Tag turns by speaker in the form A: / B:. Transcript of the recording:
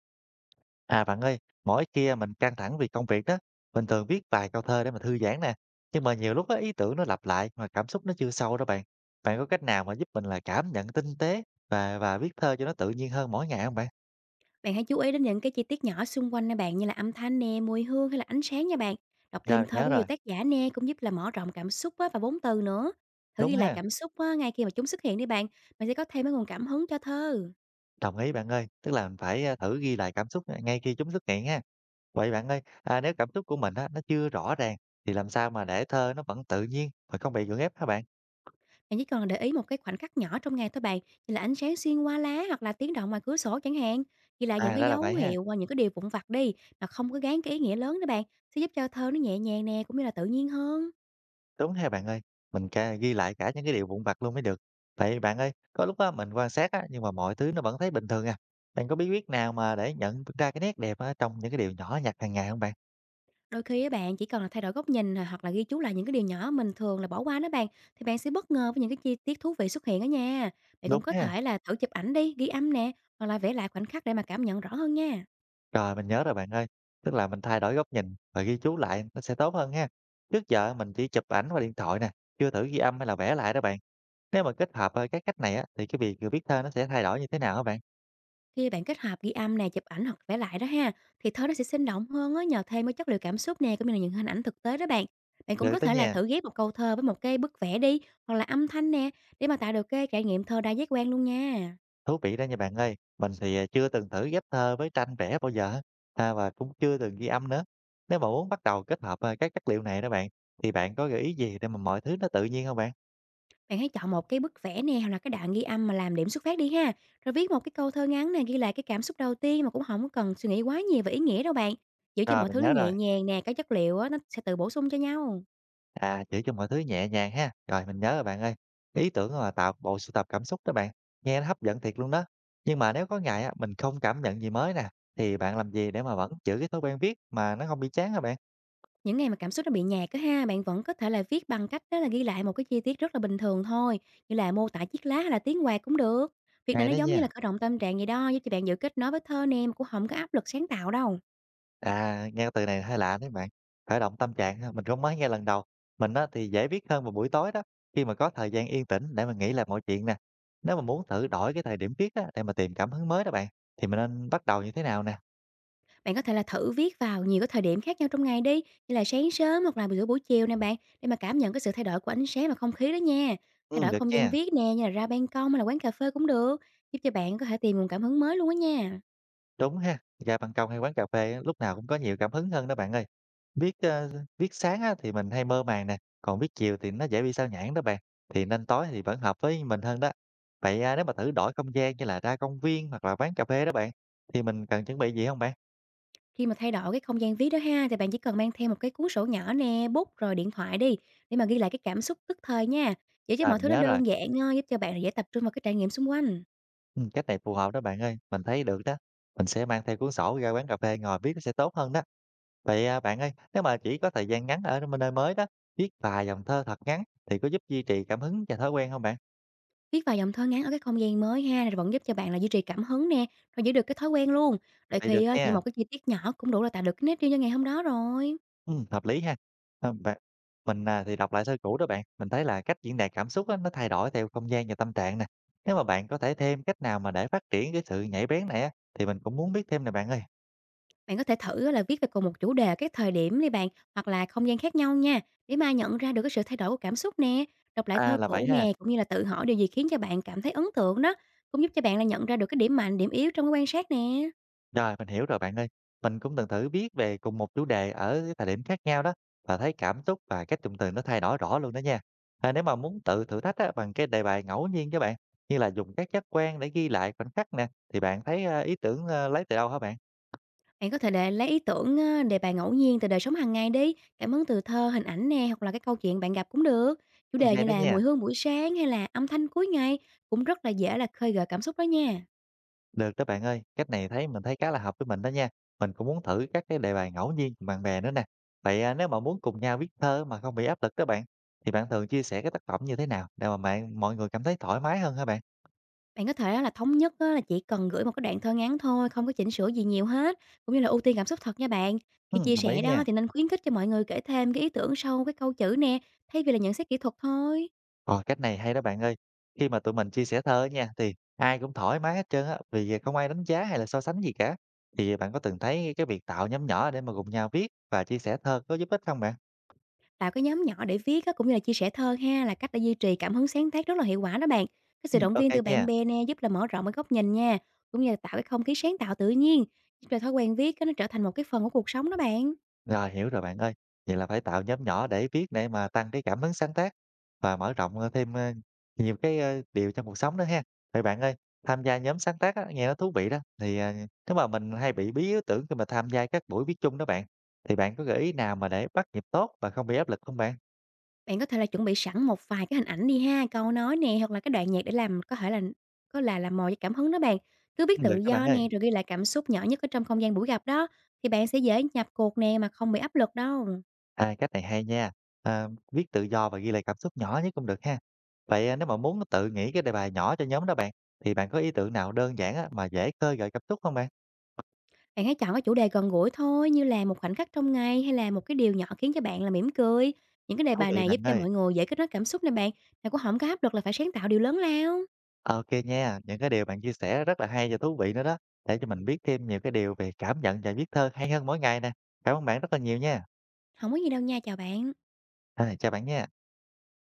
A: À bạn ơi, mỗi kia mình căng thẳng vì công việc đó, mình thường viết vài câu thơ để mà thư giãn nè. Nhưng mà nhiều lúc á, ý tưởng nó lặp lại mà cảm xúc nó chưa sâu đó bạn. Bạn có cách nào mà giúp mình là cảm nhận tinh tế và viết thơ cho nó tự nhiên hơn mỗi ngày không bạn?
B: Bạn hãy chú ý đến những cái chi tiết nhỏ xung quanh nè bạn, như là âm thanh nè, mùi hương hay là ánh sáng nha bạn. Đọc
A: Rồi,
B: thêm
A: mình
B: thơ
A: nhớ
B: của nhiều
A: rồi.
B: tác giả nè cũng giúp là mở rộng cảm xúc á, và vốn từ nữa. Thử
A: Đúng
B: ghi lại
A: ha.
B: cảm xúc á, ngay khi mà chúng xuất hiện đi bạn, bạn sẽ có thêm cái nguồn cảm hứng cho thơ.
A: Đồng ý bạn ơi, tức là mình phải thử ghi lại cảm xúc ngay khi chúng xuất hiện ha. Vậy bạn ơi, nếu cảm xúc của mình á, nó chưa rõ ràng thì làm sao mà để thơ nó vẫn tự nhiên mà không bị gượng ép hả bạn?
B: Bạn chỉ cần để ý một cái khoảnh khắc nhỏ trong ngày thôi bạn, như là ánh sáng xuyên qua lá hoặc là tiếng động ngoài cửa sổ chẳng hạn. Ghi lại những
A: À,
B: cái
A: đó là
B: dấu
A: vậy ha.
B: hiệu qua những cái điều vụn vặt đi mà không có gán cái ý nghĩa lớn đó bạn, sẽ giúp cho thơ nó nhẹ nhàng nè, cũng như là tự nhiên hơn.
A: Đúng ha bạn ơi, mình ca ghi lại cả những cái điều vụn vặt luôn mới được. Vậy bạn ơi, có lúc á mình quan sát á nhưng mà mọi thứ nó vẫn thấy bình thường à. Bạn có bí quyết nào mà để nhận ra cái nét đẹp á trong những cái điều nhỏ nhặt hàng ngày không bạn?
B: Đôi khi á bạn, chỉ cần là thay đổi góc nhìn, à, hoặc là ghi chú lại những cái điều nhỏ mình thường là bỏ qua đó bạn, thì bạn sẽ bất ngờ với những cái chi tiết thú vị xuất hiện đó nha. Bạn
A: Đúng
B: cũng có
A: ha.
B: thể là thử chụp ảnh đi, ghi âm nè, hoặc là vẽ lại khoảnh khắc để mà cảm nhận rõ hơn nha.
A: Rồi mình nhớ rồi bạn ơi. Tức là mình thay đổi góc nhìn và ghi chú lại nó sẽ tốt hơn ha. Trước giờ mình chỉ chụp ảnh qua điện thoại nè, chưa thử ghi âm hay là vẽ lại đó bạn. Nếu mà kết hợp các cách này á thì cái việc viết thơ nó sẽ thay đổi như thế nào hả bạn?
B: Khi bạn kết hợp ghi âm nè, chụp ảnh hoặc vẽ lại đó ha, thì thơ nó sẽ sinh động hơn á, nhờ thêm cái chất liệu cảm xúc nè, cũng như là những hình ảnh thực tế đó bạn. Bạn cũng
A: Được
B: có
A: đó
B: thể là
A: nha.
B: thử ghép một câu thơ với một cái bức vẽ đi, hoặc là âm thanh nè, để mà tạo được cái trải nghiệm thơ đa giác quan luôn nha.
A: Thú vị đó nha bạn ơi, mình thì, chưa từng thử ghép thơ với tranh vẽ bao giờ và cũng chưa từng ghi âm nữa. Nếu mà muốn bắt đầu kết hợp, các chất liệu này đó bạn, thì bạn có gợi ý gì để mà mọi thứ nó tự nhiên không bạn?
B: Bạn hãy chọn một cái bức vẽ nè hoặc là cái đoạn ghi âm mà làm điểm xuất phát đi ha. Rồi viết một cái câu thơ ngắn nè, ghi lại cái cảm xúc đầu tiên mà cũng không có cần suy nghĩ quá nhiều về ý nghĩa đâu bạn. Giữ cho
A: Rồi,
B: mọi
A: mình
B: thứ nó
A: nhớ rồi,
B: nhẹ nhàng nè, cái chất liệu á, nó sẽ tự bổ sung cho nhau.
A: giữ cho mọi thứ nhẹ nhàng ha. Rồi, mình nhớ rồi bạn ơi, ý tưởng là tạo bộ sưu tập cảm xúc đó bạn, nghe nó hấp dẫn thiệt luôn đó. Nhưng mà nếu có ngày á, mình không cảm nhận gì mới nè, thì bạn làm gì để mà vẫn giữ cái thói quen viết mà nó không bị chán hả bạn?
B: Những ngày mà cảm xúc nó bị nhạt á ha, bạn vẫn có thể là viết bằng cách đó là ghi lại một cái chi tiết rất là bình thường thôi, như là mô tả chiếc lá hay là tiếng quạt cũng được. Việc này
A: Hay
B: nó
A: đó
B: giống như
A: nha.
B: là khởi động tâm trạng vậy đó, giúp cho bạn giữ kết nối với thơ nè mà cũng không có áp lực sáng tạo đâu.
A: À, nghe cái từ này hơi lạ đấy bạn, khởi động tâm trạng ha, mình cũng mới nghe lần đầu. Mình á thì dễ viết hơn vào buổi tối đó, khi mà có thời gian yên tĩnh để mà nghĩ lại mọi chuyện nè. Nếu mà muốn thử đổi cái thời điểm viết á, để mà tìm cảm hứng mới đó bạn, thì mình nên bắt đầu như thế nào nè?
B: Bạn có thể là thử viết vào nhiều cái thời điểm khác nhau trong ngày đi, như là sáng sớm hoặc là giữa buổi chiều nè bạn, để mà cảm nhận cái sự thay đổi của ánh sáng và không khí đó nha. Thay
A: Ừ,
B: đổi
A: được
B: không gian
A: nha.
B: viết nè, như là ra ban công hay là quán cà phê cũng được, giúp cho bạn có thể tìm nguồn cảm hứng mới luôn á nha.
A: Đúng ha, ra ban công hay quán cà phê á, lúc nào cũng có nhiều cảm hứng hơn đó bạn ơi. Viết ờ, Viết sáng á, thì mình hay mơ màng nè, còn viết chiều thì nó dễ bị sao nhãng đó bạn. Thì nên tối thì vẫn hợp với mình hơn đó. Vậy à, nếu mà thử đổi không gian như là ra công viên hoặc là quán cà phê đó bạn, thì mình cần chuẩn bị gì không bạn?
B: Khi mà thay đổi cái không gian viết đó ha, thì bạn chỉ cần mang theo một cái cuốn sổ nhỏ nè, bút rồi điện thoại đi, để mà ghi lại cái cảm xúc tức thời nha. Vậy chứ
A: À,
B: mọi
A: mình
B: thứ nó
A: nhớ rồi.
B: đơn giản, giúp cho bạn dễ tập trung vào cái trải nghiệm xung quanh.
A: Ừ, cách này phù hợp đó bạn ơi, mình thấy được đó. Mình sẽ mang theo cuốn sổ ra quán cà phê ngồi viết nó sẽ tốt hơn đó. Vậy à, bạn ơi, nếu mà chỉ có thời gian ngắn ở nơi nơi mới đó, viết vài dòng thơ thật ngắn thì có giúp duy trì cảm hứng và thói quen không bạn?
B: Viết vài dòng thơ ngắn ở cái không gian mới ha, rồi vẫn giúp cho bạn là duy trì cảm hứng nè, rồi giữ được cái thói quen luôn. Đôi
A: Vậy được
B: khi á, chỉ
A: nha.
B: một cái chi tiết nhỏ cũng đủ là tạo được cái nét riêng cho ngày hôm đó rồi.
A: Hợp lý ha. Ờ, bạn mình, thì đọc lại sơ cũ đó bạn, mình thấy là cách diễn đạt cảm xúc á, nó thay đổi theo không gian và tâm trạng nè. Nếu mà bạn có thể thêm cách nào mà để phát triển cái sự nhạy bén này á, thì mình cũng muốn biết thêm nè bạn ơi.
B: Bạn có thể thử á là viết về cùng một chủ đề ở các thời điểm đi bạn, hoặc là không gian khác nhau nha, để mà nhận ra được cái sự thay đổi của cảm xúc nè. Đọc lại
A: À,
B: thơ
A: là vậy
B: cũ
A: ha.
B: nè, cũng như là tự hỏi điều gì khiến cho bạn cảm thấy ấn tượng đó, cũng giúp cho bạn là nhận ra được cái điểm mạnh, điểm yếu trong cái quan sát nè.
A: Rồi, mình hiểu rồi bạn ơi. Mình cũng từng thử viết về cùng một chủ đề ở cái thời điểm khác nhau đó, và thấy cảm xúc và cách dùng từ nó thay đổi rõ luôn đó nha. À, nếu mà muốn tự thử thách á, bằng cái đề bài ngẫu nhiên đó bạn, như là dùng các giác quan để ghi lại khoảnh khắc nè, thì bạn thấy, ý tưởng, lấy từ đâu hả bạn?
B: Bạn có thể để lấy ý tưởng, ơ, đề bài ngẫu nhiên từ đời sống hàng ngày đi, cảm hứng từ thơ, hình ảnh nè, hoặc là cái câu chuyện bạn gặp cũng được. Chủ đề
A: Hay
B: như
A: đó
B: là
A: nha.
B: mùi hương buổi sáng hay là âm thanh cuối ngày cũng rất là dễ là khơi gợi cảm xúc đó nha.
A: Được đó bạn ơi, cách này thấy mình thấy khá là hợp với mình đó nha. Mình cũng muốn thử các cái đề bài ngẫu nhiên cùng bạn bè nữa nè. Vậy à, nếu mà muốn cùng nhau viết thơ mà không bị áp lực các bạn, thì bạn thường chia sẻ cái tác phẩm như thế nào để mà bạn, mọi người cảm thấy thoải mái hơn hả bạn?
B: Bạn có thể là thống nhất á là chỉ cần gửi một cái đoạn thơ ngắn thôi, không có chỉnh sửa gì nhiều hết, cũng như là ưu tiên cảm xúc thật nha bạn. Khi
A: Ừ,
B: chia
A: đồng ý
B: sẻ
A: nha.
B: đó thì nên khuyến khích cho mọi người kể thêm cái ý tưởng sau cái câu chữ nè, thay vì là nhận xét kỹ thuật thôi.
A: Ồ, cách này hay đó bạn ơi. Khi mà tụi mình chia sẻ thơ nha, thì ai cũng thoải mái hết trơn á, vì không ai đánh giá hay là so sánh gì cả. Thì bạn có từng thấy cái việc tạo nhóm nhỏ để mà cùng nhau viết và chia sẻ thơ có giúp ích không bạn?
B: Tạo cái nhóm nhỏ để viết á, cũng như là chia sẻ thơ ha, là cách để duy trì cảm hứng sáng tác rất là hiệu quả đó bạn. Cái
A: Ừ,
B: sự động
A: ok
B: viên từ bạn
A: nha.
B: bè nè, giúp là mở rộng cái góc nhìn nha, cũng như là tạo cái không khí sáng tạo tự nhiên, giúp cho thói quen viết á, nó trở thành một cái phần của cuộc sống đó bạn.
A: Rồi, hiểu rồi bạn ơi. Vậy là phải tạo nhóm nhỏ để viết để mà tăng cái cảm hứng sáng tác và mở rộng, thêm, nhiều cái, điều trong cuộc sống đó ha. Vậy bạn ơi, tham gia nhóm sáng tác á, nghe nó thú vị đó, thì, nếu mà mình hay bị bí ý tưởng khi mà tham gia các buổi viết chung đó bạn, thì bạn có gợi ý nào mà để bắt nhịp tốt và không bị áp lực không bạn?
B: Bạn có thể là chuẩn bị sẵn một vài cái hình ảnh đi ha, câu nói nè, hoặc là cái đoạn nhạc để làm có thể là có là làm mồi cho cảm hứng đó bạn. Cứ viết
A: Được
B: tự
A: đó bạn
B: do
A: ơi.
B: nè, rồi ghi lại cảm xúc nhỏ nhất ở trong không gian buổi gặp đó, thì bạn sẽ dễ nhập cuộc nè mà không bị áp lực đâu.
A: À, cách này hay nha, viết tự do và ghi lại cảm xúc nhỏ nhất cũng được ha. Vậy, nếu mà muốn tự nghĩ cái đề bài nhỏ cho nhóm đó bạn, thì bạn có ý tưởng nào đơn giản á, mà dễ khơi gợi cảm xúc không bạn?
B: Bạn hãy chọn cái chủ đề gần gũi thôi, như là một khoảnh khắc trong ngày hay là một cái điều nhỏ khiến cho bạn là mỉm cười. Những cái đề
A: Thú
B: bài
A: vị
B: này giúp
A: bạn
B: cho
A: ơi.
B: mọi người dễ kết nối cảm xúc nè bạn, mà cũng không có áp lực là phải sáng tạo điều lớn lao.
A: OK nha, những cái điều bạn chia sẻ rất là hay và thú vị nữa đó, để cho mình biết thêm nhiều cái điều về cảm nhận và viết thơ hay hơn mỗi ngày nè. Cảm ơn bạn rất là nhiều nha.
B: Không có gì đâu nha, chào bạn.
A: Rồi, chào bạn nha.